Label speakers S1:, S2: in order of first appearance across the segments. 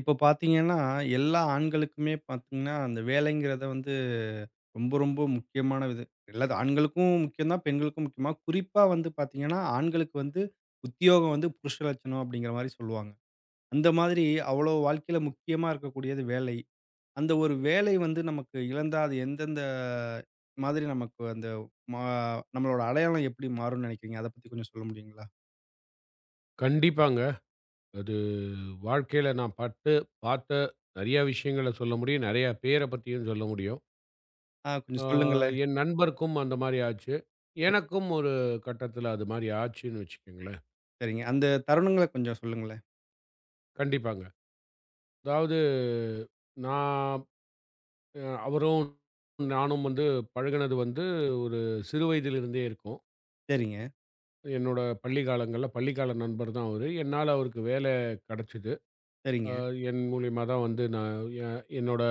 S1: இப்ப பார்த்தீங்கன்னா, எல்லா ஆண்களுக்குமே பார்த்தீங்கன்னா, அந்த வேலைங்கிறத வந்து ரொம்ப ரொம்ப முக்கியமான இது. எல்லாது ஆண்களுக்கும் முக்கியம் தான், பெண்களுக்கும் முக்கியமா. குறிப்பா வந்து பார்த்தீங்கன்னா, ஆண்களுக்கு வந்து உத்தியோகம் வந்து புருஷ லட்சணம் அப்படிங்கிற மாரி சொல்லுவாங்க. அந்த மாதிரி அவ்வளோ வாழ்க்கையில முக்கியமா இருக்கக்கூடியது வேலை. அந்த ஒரு வேலை வந்து நமக்கு இழந்தா, அது எந்தெந்த மாதிரி நமக்கு அந்த மா நம்மளோட அடையாளம் எப்படி மாறும்னு நெனைக்கிறீங்க? அத பத்தி கொஞ்சம் சொல்ல முடியுங்களா?
S2: கண்டிப்பாங்க. அது வாழ்க்கையில நான் பட்டு பார்த்த நெறைய விஷயங்கள சொல்ல முடியும். நெறைய பேர பத்தியும் சொல்ல முடியும்.
S1: ஆ, கொஞ்சம்
S2: ஆ
S1: சொல்லுங்களேன்.
S2: என் நண்பருக்கும் அந்த மாரி ஆச்சு. எனக்கும் ஒரு கட்டத்தில அது மாரி ஆச்சுன்னு வச்சுக்கங்களேன்.
S1: சரிங்க. அந்த தருணங்கள கொஞ்சம் சொல்லுங்களேன்.
S2: கண்டிப்பாங்க. அதாவது நான் அ அவரும் நானும் வந்து பழகுனது வந்து ஒரு சிறு வயதிலிருந்தே இருக்கும்.
S1: சரிங்க,
S2: என்னோட பள்ளி காலங்கள்ல பள்ளிக்கால நண்பர் தான் அவரு. என்னால அவருக்கு வேலை கெடைச்சது.
S1: சரிங்க.
S2: அ என் மூலியமா தான் வந்து நான் எ என்னோட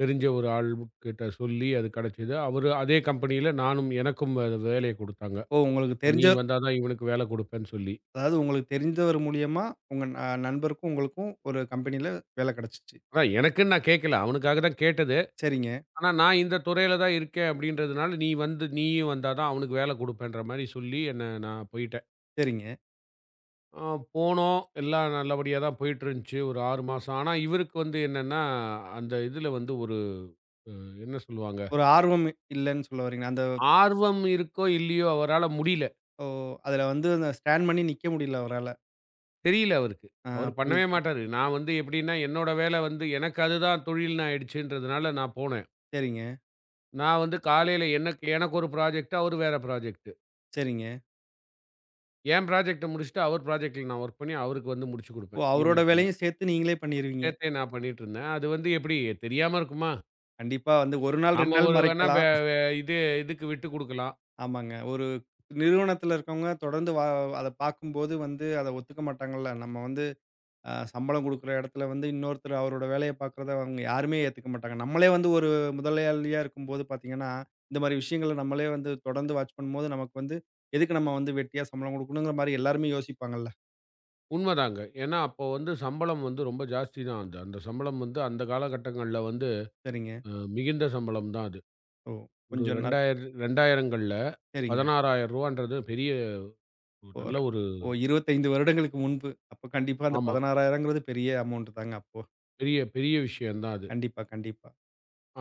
S2: தெரிஞ்ச ஒரு ஆள் கிட்ட சொல்லி அது கிடைச்சது. அவரு அதே கம்பெனியில நானும் எனக்கும் அது வேலைய குடுத்தாங்க.
S1: ஓ! உங்களுக்கு தெரிஞ்ச
S2: "நீ வந்தா தான் இவனுக்கு வேலை குடுப்பேன்னு" சொல்லி.
S1: அதாவது உங்களுக்கு தெரிஞ்சவர் மூலியமா உங்க நண்பருக்கும், உங்களுக்கும் ஒரு கம்பெனில வேலை கிடைச்சுச்சு.
S2: அதான் எனக்குன்னு நான் கேட்கல. அவனுக்காக தான் கேட்டது.
S1: சரிங்க,
S2: ஆனா நான் இந்த துறையில தான் இருக்கேன் அப்படின்றதுனால, "நீ வந்து நீயும் வந்தா தான் அவனுக்கு வேலை குடுப்பேன்ற" மாரி சொல்லி என்ன நான் போயிட்டேன்.
S1: சரிங்க.
S2: அ போனோம். எல்லாம் நல்லபடியா தான் போயிட்டுருந்துச்சு. ஒரு 6 மாசம். ஆனா இவருக்கு வந்து என்னன்னா, அந்த இதுல வந்து ஒரு அ என்ன சொல்லுவாங்க?
S1: ஒரு ஆர்வம் இல்லன்னு சொல்ல வர்றீங்க. அந்த
S2: ஆர்வம் இருக்கோ இல்லையோ அவரால முடியல.
S1: ஓ! அதுல வந்து அந்த ஸ்டாண்ட் பண்ணி நிக்க முடியல அவரால.
S2: தெரியல அவருக்கு.
S1: ஆ,
S2: அவரு பண்ணவே
S1: புரியுது.
S2: மாட்டாரு. நான் வந்து எப்படின்னா, என்னோட வேலை வந்து எனக்கு அதுதான் தொழில்ன்னு ஆயிடுச்சுன்றதுனால நான் போனேன்.
S1: சரிங்க,
S2: நான் வந்து காலையில எனக்கு எனக்கு ஒரு ப்ராஜெக்ட், அவரு வேற ப்ராஜெக்ட்.
S1: சரிங்க.
S2: என் ப்ராஜெக்ட்ட முடிச்சுட்டு, அவர் ப்ராஜெக்ட்ல நான் வொர்க் பண்ணி, அவருக்கு வந்து முடிச்சு
S1: ஓ!
S2: குடுப்பேன்.
S1: அவரோட
S2: ஈவ்னிங்குள்ள.
S1: வேலையும் சேர்த்து நீங்களே பண்ணிருவீங்க.
S2: சேர்த்தே நான் பண்ணிட்டுருந்தேன். அது வந்து எப்படி தெரியாம இருக்குமா?
S1: கண்டிப்பா வந்து 1 நாள், 2
S2: நாம
S1: நாள்
S2: ஒரு வேணா
S1: மறைக்கலாம்.
S2: வே வே இது இதுக்கு விட்டு குடுக்கலாம்.
S1: ஆமாங்க. ஒரு நிறுவனத்துல இருக்கவங்க தொடர்ந்து அத பார்க்கும்போது வந்து அத ஒத்துக்க மாட்டாங்கல்ல. நம்ம வந்து சம்பளம் குடுக்குற இடத்துல வந்து இன்னொருத்தர் அவரோட வேலைய பார்க்குறத அவங்க யாருமே ஏத்துக்க மாட்டாங்க. நம்மளே வந்து ஒரு முதலாளியா இருக்கும்போது பார்த்தீங்கன்னா, இந்த மாரி விஷயங்கள நம்மளே வந்து தொடர்ந்து வாட்ச் பண்ணும்போது, நமக்கு வந்து எதுக்கு நம்ம வந்து வெட்டியா சம்பளம் குடுக்கணுங்கிற மாரி எல்லாருமே யோசிப்பாங்கல்ல.
S2: உண்மதாங்க. ஏன்னா, அப்போ வந்து சம்பளம் வந்து ரொம்ப ஜாஸ்தி தான். அந்த அந்த சம்பளம் வந்து அந்த காலகட்டங்கள்ல வந்து
S1: சரிங்க.
S2: அ மிகுந்த சம்பளம் தான் அது.
S1: ஓ!
S2: ஒரு
S1: கொஞ்சம் நாள்.
S2: 2000 2000கள்ல ரூ.
S1: சரிங்க.
S2: 16,000ன்றது பெரிய ஒரு நல்ல
S1: ஒரு
S2: ஒரு
S1: ஓ 25 வருடங்களுக்கு முன்பு. அப்ப கண்டிப்பா அந்த
S2: ஆமா.
S1: 16,000ங்கிறது பெரிய அமௌண்ட் தாங்க அப்போ.
S2: பெரிய பெரிய விஷயம் தான் அது.
S1: கண்டிப்பா, கண்டிப்பா.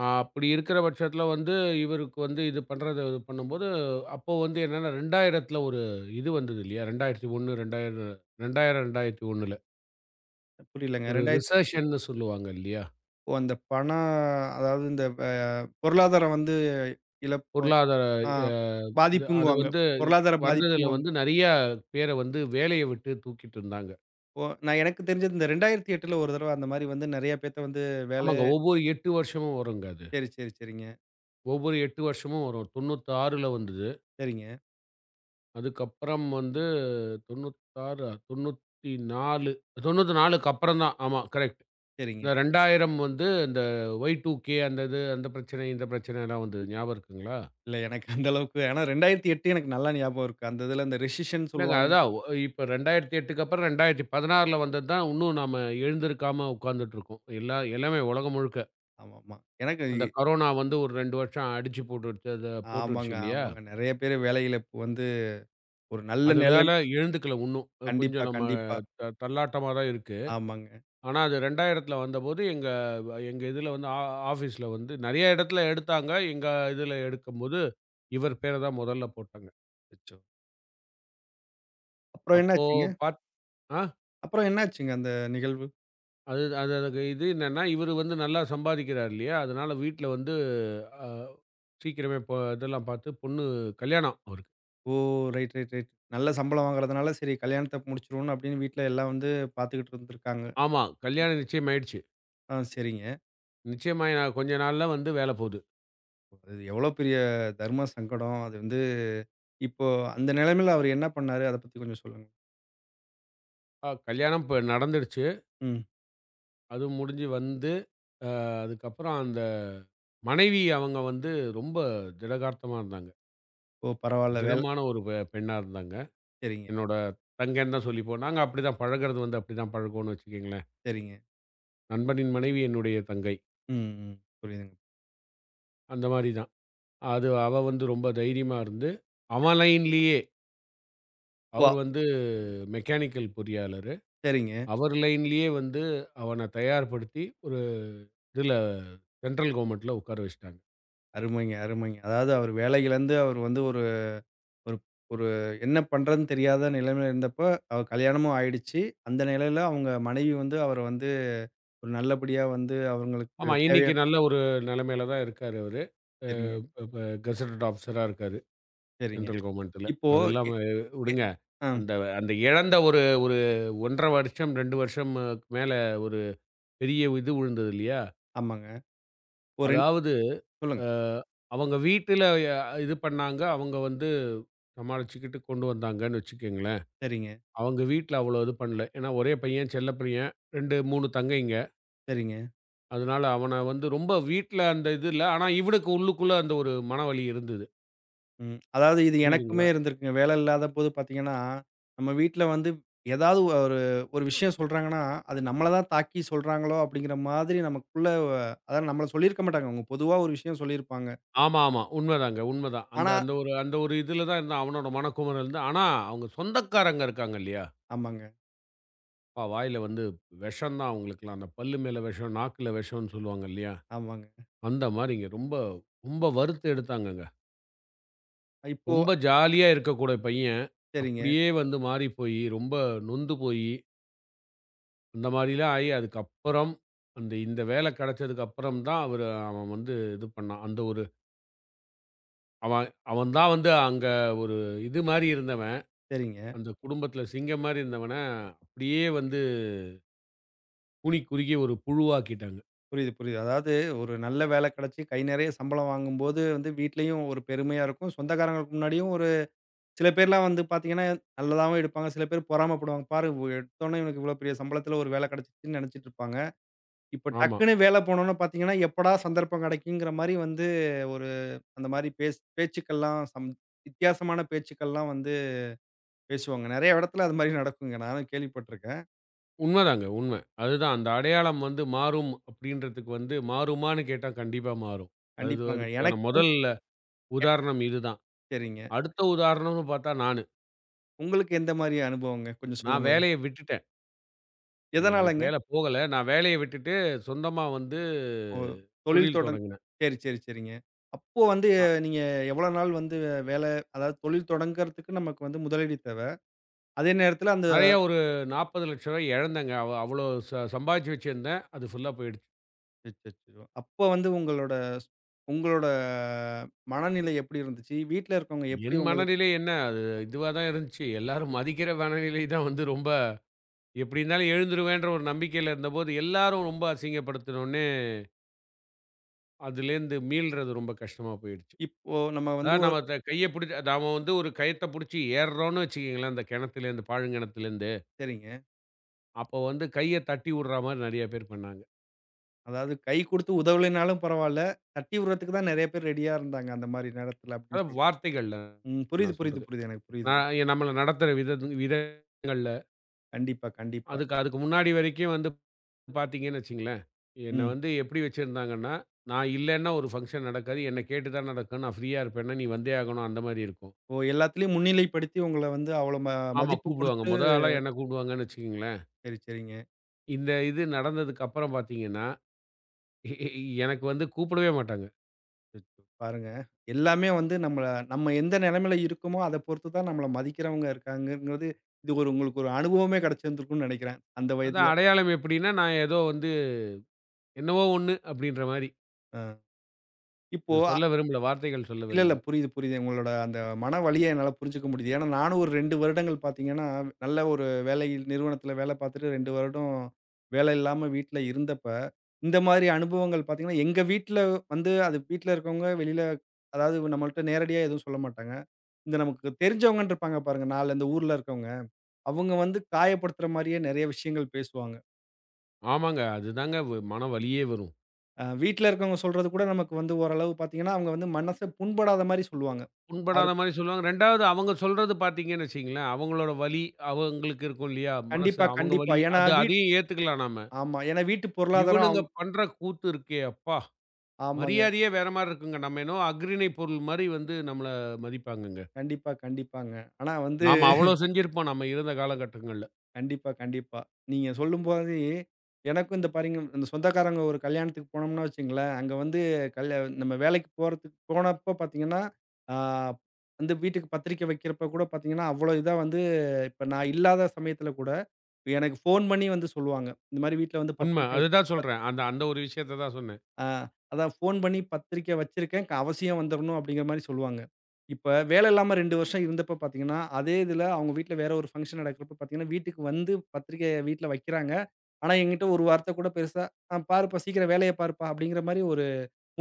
S2: அப்படி இருக்கிற பட்சத்தில வந்து இவருக்கு வந்து இது பண்றது இது பண்ணும்போது, அப்போ வந்து என்னன்னா 2000த்தில ஒரு இது வந்தது இல்லையா? 2001, 2000 2000, 2001ல
S1: புரியலங்க.
S2: ஒரு
S1: 2000.
S2: ரிசெஷன்னு சொல்லுவாங்க இல்லையா?
S1: ஓ, அந்த பணம் அதாவது இந்த பொருளாதாரம் வந்து இழப்பு,
S2: பொருளாதார
S1: ஆ,
S2: அ இது அது
S1: பாதிப்புங்குவாங்க.
S2: வந்து
S1: பொருளாதார
S2: வந்ததுல
S1: பாதிப்புங்குவாங்க.
S2: வந்து நெறைய பேர வந்து வேலைய விட்டு தூக்கிட்டு இருந்தாங்க.
S1: ஓ! எனக்கு தெரிஞ்சது இந்த 2008ல ஒரு தடவ அந்த மாரி வந்து நெறைய பேத்த வந்து வேலை.
S2: ஆமாங்க. ஒவ்வொரு 8 வருஷமும் வருங்க அது.
S1: சரி, சரி, சரிங்க.
S2: ஒவ்வொரு 8 வருஷமும் வரும். 96ல வந்தது.
S1: சரிங்க,
S2: அதுக்கப்புறம் வந்து 96 94 94க்கு அப்புறம் தான். ஆமா கரெக்ட்.
S1: சரிங்க.
S2: இந்த 2000 வந்து இந்த Y2K அந்த இது, அந்த பிரச்சனை, இந்த பிரச்சனைலாம் வந்தது. ஞாபகம் இருக்குங்களா?
S1: இல்ல, எனக்கு அந்த அளவுக்கு. ஆனா 2008 எனக்கு நல்லா ஞாபகம் இருக்கு. அந்த இதுல அந்த ரெசிஷன்
S2: இல்லங்க
S1: சொல்லுவாங்க.
S2: அதான் இப்ப 2008க்கு அப்புறம் 2016ல வந்தது தான் இன்னும் நாம எழுந்திருக்காம உட்கார்ந்துட்டுருக்கோம். எல்லாமே உலகம் முழுக்க.
S1: ஆமாமா. எனக்கு
S2: அந்த கொரோனா வந்து ஒரு 2 வருஷம் அடிச்சு போட்டுடுச்சு. அத போட்டுடுச்சு
S1: ஆமாங்க,
S2: இல்லையா?
S1: ஆமாங்க. நெறைய பேரு வேலை இழப்பு வந்து ஒரு நல்ல நிலை.
S2: அதுனால எழுந்துக்கல இன்னும்.
S1: கண்டிப்பா,
S2: கொஞ்சம் நம்ம
S1: கண்டிப்பா.
S2: தள்ளாட்டமா தான் இருக்கு.
S1: ஆமாங்க.
S2: ஆனா, அது 2000த்துல வந்தபோது எங்க எங்க இதுல வந்து ஆஃபீஸ்ல வந்து நெறைய இடத்துல எடுத்தாங்க. எங்க இதுல எடுக்கும்போது, இவர் பேர தான் முதல்ல போட்டாங்க.
S1: அச்சச்சோ! அப்புறம்
S2: அப்போ
S1: என்னாச்சுங்க?
S2: பாத் ஆ
S1: அப்புறம் என்னாச்சுங்க அந்த நிகழ்வு?
S2: அது அது அதுக்கு இது என்னன்னா, இவரு வந்து நல்லா சம்பாதிக்கிறார் இல்லையா? அதனால வீட்ல வந்து அ சீக்கிரமே இதெல்லாம் பார்த்து பொண்ணு கல்யாணம் அவருக்கு.
S1: ஓ! Right, right, right. நல்ல சம்பளம் வாங்குறதுனால சரி கல்யாணத்த முடிச்சுருவோம்னு அப்படின்னு வீட்ல எல்லாம் வந்து பாத்துக்கிட்டு இருந்திருக்காங்க.
S2: ஆமா. கல்யாணம் நிச்சயம் ஆயிடுச்சு.
S1: ஆ, சரிங்க.
S2: நிச்சயமாயி நான் கொஞ்ச நாள்ல வந்து வேல போகுது.
S1: அது எவ்வளோ பெரிய தர்ம சங்கடம். அது வந்து இப்போ அந்த நிலைமையில அவரு என்ன பண்ணாரு? அத பத்தி கொஞ்சம் சொல்லுங்க.
S2: கல்யாணம் இப்ப நடந்துடுச்சு.
S1: ம்.
S2: அதுவும் முடிஞ்சு வந்து, அ அதுக்கப்புறம் அந்த மனைவி அவங்க வந்து ரொம்ப திடகார்த்தமா இருந்தாங்க.
S1: ஓ! பரவால்ல.
S2: திடமான ஒரு பெண்ணா இருந்தாங்க.
S1: சரிங்க,
S2: என்னோட தங்கைன்னு தான் சொல்லிப்போம். நாங்க அப்படிதான் பழகுறது வந்து அப்படிதான் பழகுவோம்னு வச்சுக்கங்களேன்.
S1: சரிங்க.
S2: நண்பனின் மனைவி என்னுடைய தங்கை.
S1: ம், ம். புரியுதுங்க.
S2: அந்த மாரி தான். அது அவ வந்து ரொம்ப தைரியமா இருந்து, அவன் லைன்லேயே
S1: வா
S2: அவர் வந்து மெக்கானிக்கல் பொறியாளரு.
S1: சரிங்க.
S2: அவர் லைன்லேயே வந்து அவன தயார்படுத்தி ஒரு இதுல சென்ட்ரல் கவர்ன்மென்ட்ல உட்கார வச்சுட்டாங்க.
S1: அருமைங்க, அருமைங்க. அதாவது அவரு வேலைக்கு இழந்து அவரு வந்து ஒரு ஒரு ஒரு என்ன பண்றதுன்னு தெரியாத நிலைமையில இருந்தப்ப, அவ கல்யாணமும் ஆயிடுச்சு. அந்த நிலையில அவங்க மனைவி வந்து அவர வந்து ஒரு நல்லபடியா வந்து
S2: ஆமா,
S1: அவங்களுக்கு
S2: இன்னைக்கு
S1: தேவையான.
S2: நல்ல ஒரு நிலைமையில தான் இருக்காரு அவரு. அ
S1: சரிங்க,
S2: இப்ப கசடட் ஆஃபிசரா இருக்காரு.
S1: சரிங்க.
S2: சென்ட்ரல் கவர்ன்மென்ட்ல.
S1: இப்போ
S2: அது இல்லாம
S1: எ எ
S2: விடுங்க.
S1: ஆ
S2: அந்த அந்த இழந்த ஒரு ஒரு 1 1/2 வருஷம், 2 வருஷம் மேல ஒரு பெரிய இது விழுந்தது இல்லையா?
S1: ஆமாங்க. ஒரு 2.
S2: அதாவது
S1: சொல்லுங்க.
S2: அ அவங்க வீட்டுல இது பண்ணாங்க. அவங்க வந்து சமாளிச்சுக்கிட்டு கொண்டு வந்தாங்கன்னு வச்சுக்கங்களேன்.
S1: சரிங்க,
S2: அவங்க வீட்ல அவ்வளோ இது பண்ணல. ஏன்னா ஒரே பையன், செல்ல பையன். 2, 3 தங்கைங்க.
S1: சரிங்க.
S2: அதனால அவன வந்து ரொம்ப வீட்ல அந்த இது இல்ல. ஆனா இவனுக்கு உள்ளுக்குள்ள அந்த ஒரு மனவலி இருந்தது.
S1: ம். அதாவது இது எனக்குமே
S2: புரியுதுங்களா?
S1: இருந்திருக்குங்க. வேலை இல்லாதபோது பார்த்தீங்கன்னா, நம்ம வீட்ல வந்து ஏதாவது ஒரு ஒரு விஷயம் சொல்றாங்கன்னா, அது நம்மள தான் தாக்கி சொல்றாங்களோ அப்படிங்கிற மாதிரி நமக்குள்ள, அதாவது நம்மள சொல்லியிருக்க மாட்டாங்க. அவங்க பொதுவா ஒரு விஷயம் சொல்லியிருப்பாங்க.
S2: ஆமா, ஆமா. உண்மதாங்க, உண்மதான். அந்த
S1: ஆனா
S2: அந்த ஒரு அந்த ஒரு இதுல தான் இருந்தான். அவனோட மனக்குமறல் தான். ஆனா, அவங்க சொந்தக்காரங்க இருக்காங்க இல்லையா?
S1: ஆமாங்க,
S2: அப்பா வாயில வந்து விஷம் தான் அவங்களுக்கெல்லாம். அந்த பல்லு மேல விஷம், நாக்குல விஷம்ன்னு சொல்லுவாங்க இல்லையா?
S1: ஆமாங்க.
S2: அந்த மாரிங்க. ரொம்ப ரொம்ப வறுத்து எடுத்தாங்கங்க.
S1: இப்போ.
S2: ரொம்ப ஜாலியா இருக்கக்கூடிய பையன்,
S1: சரிங்க,
S2: அப்படியே வந்து மாறி போயி, ரொம்ப நொந்து போயி, அந்த மாரிலாம் ஆயி, அதுக்கப்புறம் அந்த இந்த வேலை கிடைச்சதுக்கு அப்புறம் தான் அவரு அவன் வந்து இது பண்ணான். அந்த ஒரு அவன் அவன் தான் வந்து அங்க ஒரு இது மாரி இருந்தவன்.
S1: சரிங்க.
S2: அந்த குடும்பத்தில சிங்கம் மாரி இருந்தவன, அப்படியே வந்து கூனி குறுகி ஒரு புழுவாக்கிட்டாங்க.
S1: புரியுது, புரியுது. அதாவது ஒரு நல்ல வேலை கிடைச்சு கை நிறைய சம்பளம் வாங்கும்போது வந்து வீட்லயும் ஒரு பெருமையா இருக்கும். சொந்தக்காரங்களுக்கு முன்னாடியும் ஒரு சில பேர்லாம் வந்து பார்த்தீங்கன்னா, நல்லதாவும் எடுப்பாங்க. சில பேர் பொறாமப்படுவாங்க. பாரு, எடுத்தோனே இவனுக்கு இவ்வளோ பெரிய சம்பளத்தில ஒரு வேலை கிடைச்சிருச்சுன்னு நினைச்சிட்டு இருப்பாங்க. இப்ப
S2: ஆமா.
S1: டக்குன்னு வேலை போனோம்னு பார்த்தீங்கன்னா, எப்படா சந்தர்ப்பம் கிடைக்குங்கிற மாரி வந்து ஒரு அந்த மாரி பேச்சுக்கள்லாம் வித்தியாசமான பேச்சுக்கள்லாம் வந்து பேசுவாங்க. நெறைய இடத்துல அது மாரி நடக்குங்க. நானும் கேள்விப்பட்டுருக்கேன்.
S2: உண்மதாங்க, உண்ம. அதுதான் அந்த அடையாளம் வந்து மாறும் அப்படின்றதுக்கு வந்து மாறுமான்னு கேட்டா கண்டிப்பா மாறும். அது
S1: கண்டிப்பாங்க.
S2: அதுக்கான முதல்ல உதாரணம் இதுதான்.
S1: சரிங்க.
S2: அடுத்த உதாரணம்னு பார்த்தா நானு.
S1: உங்களுக்கு எந்த மாரி அனுபவங்க? கொஞ்சம்
S2: நான்
S1: சொல்லுங்களேன்.
S2: வேலைய விட்டுட்டேன். எனக்கு
S1: எதனாலங்க?
S2: வேல போகல. நான் வேலைய விட்டுட்டு சொந்தமா வந்து
S1: ஓ! தொழில்
S2: தொழில்
S1: தொடங்
S2: தொடங்குனேன்.
S1: சரி, சரி, சரிங்க. அப்போ வந்து
S2: அ
S1: நீங்க எவ்வளோ நாள் வந்து வேலை அதாவது தொழில் தொடங்குறதுக்கு நமக்கு வந்து முதலீடு தேவை. அதே நேரத்தில அந்த.
S2: நெறைய ஒரு ரூ. 40,00,000 இழந்தேங்க. அவ்வளோ சம்பாதிச்சு வச்சிருந்தேன். அது ஃபுல்லா போயிடுச்சு.
S1: அச்சச்சோ! அப்போ வந்து உங்களோட உங்களோட மனநிலை எப்படி இருந்துச்சு? வீட்ல இருக்கவங்க எப்படி
S2: என்
S1: உங்களுக்கு.
S2: மனநிலை என்ன, அது இதுவா தான் இருந்துச்சு. எல்லாரும் மதிக்கிற மனநிலை தான் வந்து ரொம்ப எப்டி இருந்தாலும் எழுந்துருவேன்ற ஒரு நம்பிக்கையில இருந்தபோது, எல்லாரும் ரொம்ப அசிங்கப்படுத்தினோனே, அதுலேருந்து மீள்றது ரொம்ப கஷ்டமா போயிடுச்சு.
S1: இப்போ நம்ம வந்து
S2: அதாவது
S1: ஒரு.
S2: நம்ம கைய பிடிச்சு நாம வந்து ஒரு கயத்த புடிச்சு ஏர்றோம்னு வச்சுக்கங்களேன், அந்த கிணத்துலேருந்து, பாழுங்கிணத்துலேருந்து.
S1: சரிங்க.
S2: அப்போ வந்து கைய தட்டி விடுற மாரி நெறைய பேர் பண்ணாங்க.
S1: அதாவது கை குடுத்து உதவலைனாலும் பரவால்ல. தட்டி விடுறதுக்கு தான் நெறைய பேர் ரெடியா இருந்தாங்க. அந்த மாரி நேரத்துல அப்படின்னு
S2: அதான்
S1: சொல்.
S2: வார்த்தைகள்ல
S1: ம். புரியுது,
S2: நான்
S1: புரியுது,
S2: சொல்றது.
S1: புரியுது. எனக்கு புரியுதுங்க.
S2: நான் நம்மள நடத்துற விதங்கள்ல.
S1: கண்டிப்பா, கண்டிப்பா.
S2: அதுக்கு அதுக்கு முன்னாடி வரைக்கும் வந்து பார்த்தீங்கன்னு வச்சுங்களேன், என்ன
S1: ம்.
S2: வந்து எப்படி வச்சிருந்தாங்கன்னா, நான் இல்லன்னா ஒரு ஃபங்ஷன் நடக்காது. என்ன கேட்டு தான் நடக்கும். நான் ஃப்ரீயா இருப்பேன்னா, "நீ வந்தே ஆகணும்." அந்த மாரி இருக்கும்.
S1: ஓ! எல்லாத்துலயும் முன்னிலைப்படுத்தி உங்கள வந்து அவ்வளோ
S2: ஆமா
S1: மதிப்பு
S2: கூப்பிடுவாங்க.
S1: குடுத்து.
S2: மொத ஆளா என்ன கூப்பிடுவாங்கன்னு வச்சுக்கங்களேன்.
S1: சரி, சரிங்க.
S2: இந்த இது நடந்ததுக்கு அப்புறம் பார்த்தீங்கன்னா, எ எ எனக்கு வந்து கூப்பிடவே மாட்டாங்க.
S1: அச்சச்சோ! பாருங்க. எல்லாமே வந்து நம்ம எந்த நிலைமையில இருக்கோமோ, அத பொறுத்து தான் நம்மள மதிக்கிறவங்க இருக்காங்கங்கிறது, இது ஒரு உங்களுக்கு ஒரு அனுபவமே கிடைச்சிருந்திருக்கும்னு நெனைக்கிறேன். அந்த வயதில.
S2: அதான் அடையாளம் எப்படின்னா, நான் ஏதோ வந்து என்னவோ ஒண்ணு அப்படின்ற மாரி.
S1: அ. இப்போ.
S2: அது சொல்ல விரும்பல. வார்த்தைகள் சொல்ல
S1: இல்ல, இல்ல.
S2: விரும்பல.
S1: புரியுது, புரியுது. உங்களோட அந்த மன வலிய என்னால புரிஞ்சுக்க முடியுது. ஏன்னா நானும் ஒரு 2 வருடங்கள் பார்த்தீங்கன்னா, நல்ல ஒரு நிறுவனத்தில வேலை பார்த்துட்டு 2 வருடம் வேலை இல்லாம வீட்ல இருந்தப்ப, இந்த மாரி அனுபவங்கள் பார்த்தீங்கன்னா, எங்க வீட்ல வந்து அது வீட்ல இருக்கவங்க வெளியில, அதாவது நம்மள்ட்ட நேரடியா எதுவும் சொல்ல மாட்டாங்க. இந்த நமக்கு தெரிஞ்சவங்கன்னு இருப்பாங்க பாருங்க. 4 இந்த ஊர்ல இருக்கவங்க. அவங்க வந்து காயப்படுத்துற மாரியே நெறைய விஷயங்கள் பேசுவாங்க.
S2: ஆமாங்க. அதுதாங்க மன வலியே வரும்.
S1: வீட்ல இருக்கவங்க சொல்றது கூட நமக்கு வந்து ஓரளவு பார்த்தீங்கன்னா, அவங்க வந்து மனச புண்படாத மாரி சொல்லுவாங்க. ஆறு
S2: புண்படாத மாரி சொல்லுவாங்க. 2வது அவங்க சொல்றது பார்த்தீங்கன்னு வச்சுக்கங்களேன், அவங்களோட வலி அவங்களுக்கு இருக்கும் இல்லையா? மனசு
S1: கண்டிப்பா,
S2: அவங்க
S1: கண்டிப்பா.
S2: வலி
S1: ஏன்னா
S2: அது அதையும் ஏத்துக்கலாம் நாம.
S1: ஆமா. ஏன்னா வீட்டு பொருளாதாரம்
S2: இவனுங்க பண்ற கூத்து இருக்கே அப்பா!
S1: ஆமாங்க.
S2: மரியாதையே வேற மாரி இருக்குங்க. நம்ம என்னவோ அஃறிணை பொருள் மாரி வந்து நம்மள மதிப்பாங்கங்க.
S1: கண்டிப்பா, கண்டிப்பாங்க. ஆனா வந்து
S2: நாம அவ்ளோ செஞ்சிருப்போம் நம்ம இருந்த காலகட்டங்கள்ல.
S1: கண்டிப்பா, கண்டிப்பா. நீங்க சொல்லும்போது எனக்கும் இந்த பாருங்க இந்த சொந்தக்காரங்க ஒரு கல்யாணத்துக்கு போனோம்னா வச்சுங்களேன், அங்க வந்து நம்ம வேலைக்கு போறதுக்கு போனப்போ பார்த்தீங்கன்னா, ஆ வந்து வீட்டுக்கு பத்திரிக்கை வைக்கிறப்ப கூட பார்த்தீங்கன்னா, அவ்வளோ இதா வந்து இப்ப நான் இல்லாத சமயத்தில கூட எனக்கு ஃபோன் பண்ணி வந்து சொல்லுவாங்க. இந்த மாரி வீட்ல வந்து
S2: உண்ம.
S1: பத்திரிக்கை வச்சு
S2: அதுதான் சொல்றேன். அந்த அந்த ஒரு விஷயத்த தான் சொன்னேன்.
S1: ஆ, அதான் ஃபோன் பண்ணி பத்திரிக்கை வச்சிருக்கேன். அவசியம் வந்துரணும் அப்படிங்கிற மாரி சொல்லுவாங்க. இப்ப வேலை இல்லாம 2 வருஷம் இருந்தப்ப பார்த்தீங்கன்னா, அதே இதுல அவங்க வீட்ல வேற ஒரு ஃபங்ஷன் நடக்கிறப்ப பார்த்தீங்கன்னா, வீட்டுக்கு வந்து பத்திரிக்கைய வீட்ல வைக்கிறாங்க. ஆனா என்கிட்ட ஒரு வார்த்தை கூட பெருசா, "ஆ பாருப்பா சீக்கிரம் வேலைய பாருப்பா" அப்படிங்கிற மாரி ஒரு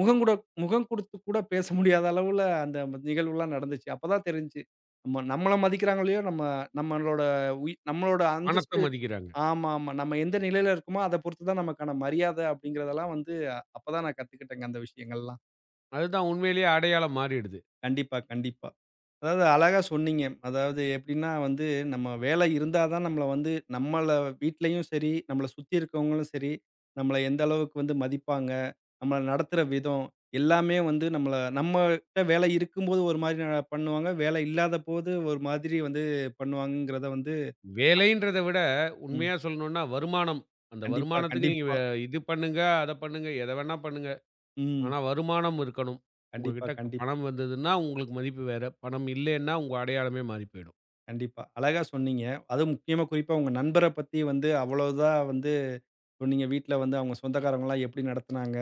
S1: முகம் கூட முகம் குடுத்து கூட பேச முடியாத அளவுல அந்த நிகழ்வுலாம் நடந்துச்சு. அப்பதான் தெரிஞ்சுச்சு. நம்மள மதிக்கிறாங்க இல்லையோ, நம்மளோட நம்மளோட
S2: பணத்த
S1: அந்தஸ்து.
S2: மதிக்கிறாங்க.
S1: ஆமா, ஆமா. நம்ம எந்த நிலையில இருக்கோமோ, அத பொறுத்து தான் நமக்கான மரியாதை அப்படிங்கிறதெல்லாம் வந்து, அப்பதான் நான் கத்துக்கிட்டேங்க அந்த விஷயங்கள்லாம்.
S2: அதுதான் உண்மையிலேயே அடையாளம் மாறிடுது.
S1: கண்டிப்பா, கண்டிப்பா. அதாவது அழகா சொன்னீங்க. அதாவது எப்படின்னா வந்து, நம்ம வேலை இருந்தா தான் நம்மள வந்து நம்மள வீட்லயும் சரி, நம்மள சுத்தி இருக்கவங்களும் சரி, நம்மள எந்த அளவுக்கு வந்து மதிப்பாங்க, நம்மள நடத்துற விதம், எல்லாமே வந்து நம்மள நம்மட்ட வேலை இருக்கும்போது ஒரு மாரி பண்ணுவாங்க. வேலை இல்லாதபோது ஒரு மாதிரி வந்து பண்ணுவாங்கங்கிறத வந்து.
S2: வேலைன்றத விட
S1: ம்.
S2: உண்மையா சொல்லணும்னா வருமானம். அந்த
S1: கண்டிப்பா,
S2: வருமானத்துக்கு நீங்க
S1: கண்டிப்பா.
S2: இது பண்ணுங்க, அத பண்ணுங்க, எத வேணா பண்ணுங்க.
S1: ம்.
S2: ஆனா, வருமானம் இருக்கணும்.
S1: கண்டிப்பா,
S2: உங்ககிட்ட
S1: கண்டிப்பா.
S2: பணம் வந்ததுன்னா, உங்களுக்கு மதிப்பு வேற. பணம் இல்லைன்னா, உங்க அடையாளமே மாறி போயிடும்.
S1: கண்டிப்பா. அழகா சொன்னீங்க. அதுவும் முக்கியமா குறிப்பா உங்க நண்பர பத்தி வந்து அவ்வளோதா வந்து சொன்னீங்க. வீட்ல வந்து அவங்க சொந்தக்காரங்கலாம் எப்படி நடத்துனாங்க?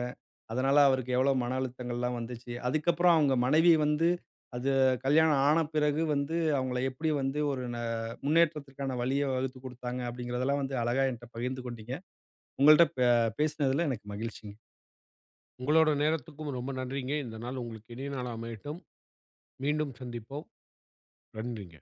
S1: அதனால அவருக்கு எவ்வளோ மன அழுத்தங்கள்லாம் வந்துச்சு. அதுக்கப்புறம் அவங்க மனைவி வந்து அது கல்யாணம் ஆன பிறகு வந்து அவங்கள எப்படி வந்து ஒரு முன்னேற்றத்திற்கான வழிய வகுத்து குடுத்தாங்க அப்படிங்கிறதெல்லாம் வந்து அழகா என்ட்ட பகிர்ந்து கொண்டீங்க. உங்கள்ட்ட பேசினதுல எனக்கு மகிழ்ச்சிங்க.
S2: உங்களோட நேரத்துக்கும் ரொம்ப நன்றிங்க. இந்த நாள் உங்களுக்கு இனிய நாளா அமையட்டும். மீண்டும் சந்திப்போம். நன்றிங்க.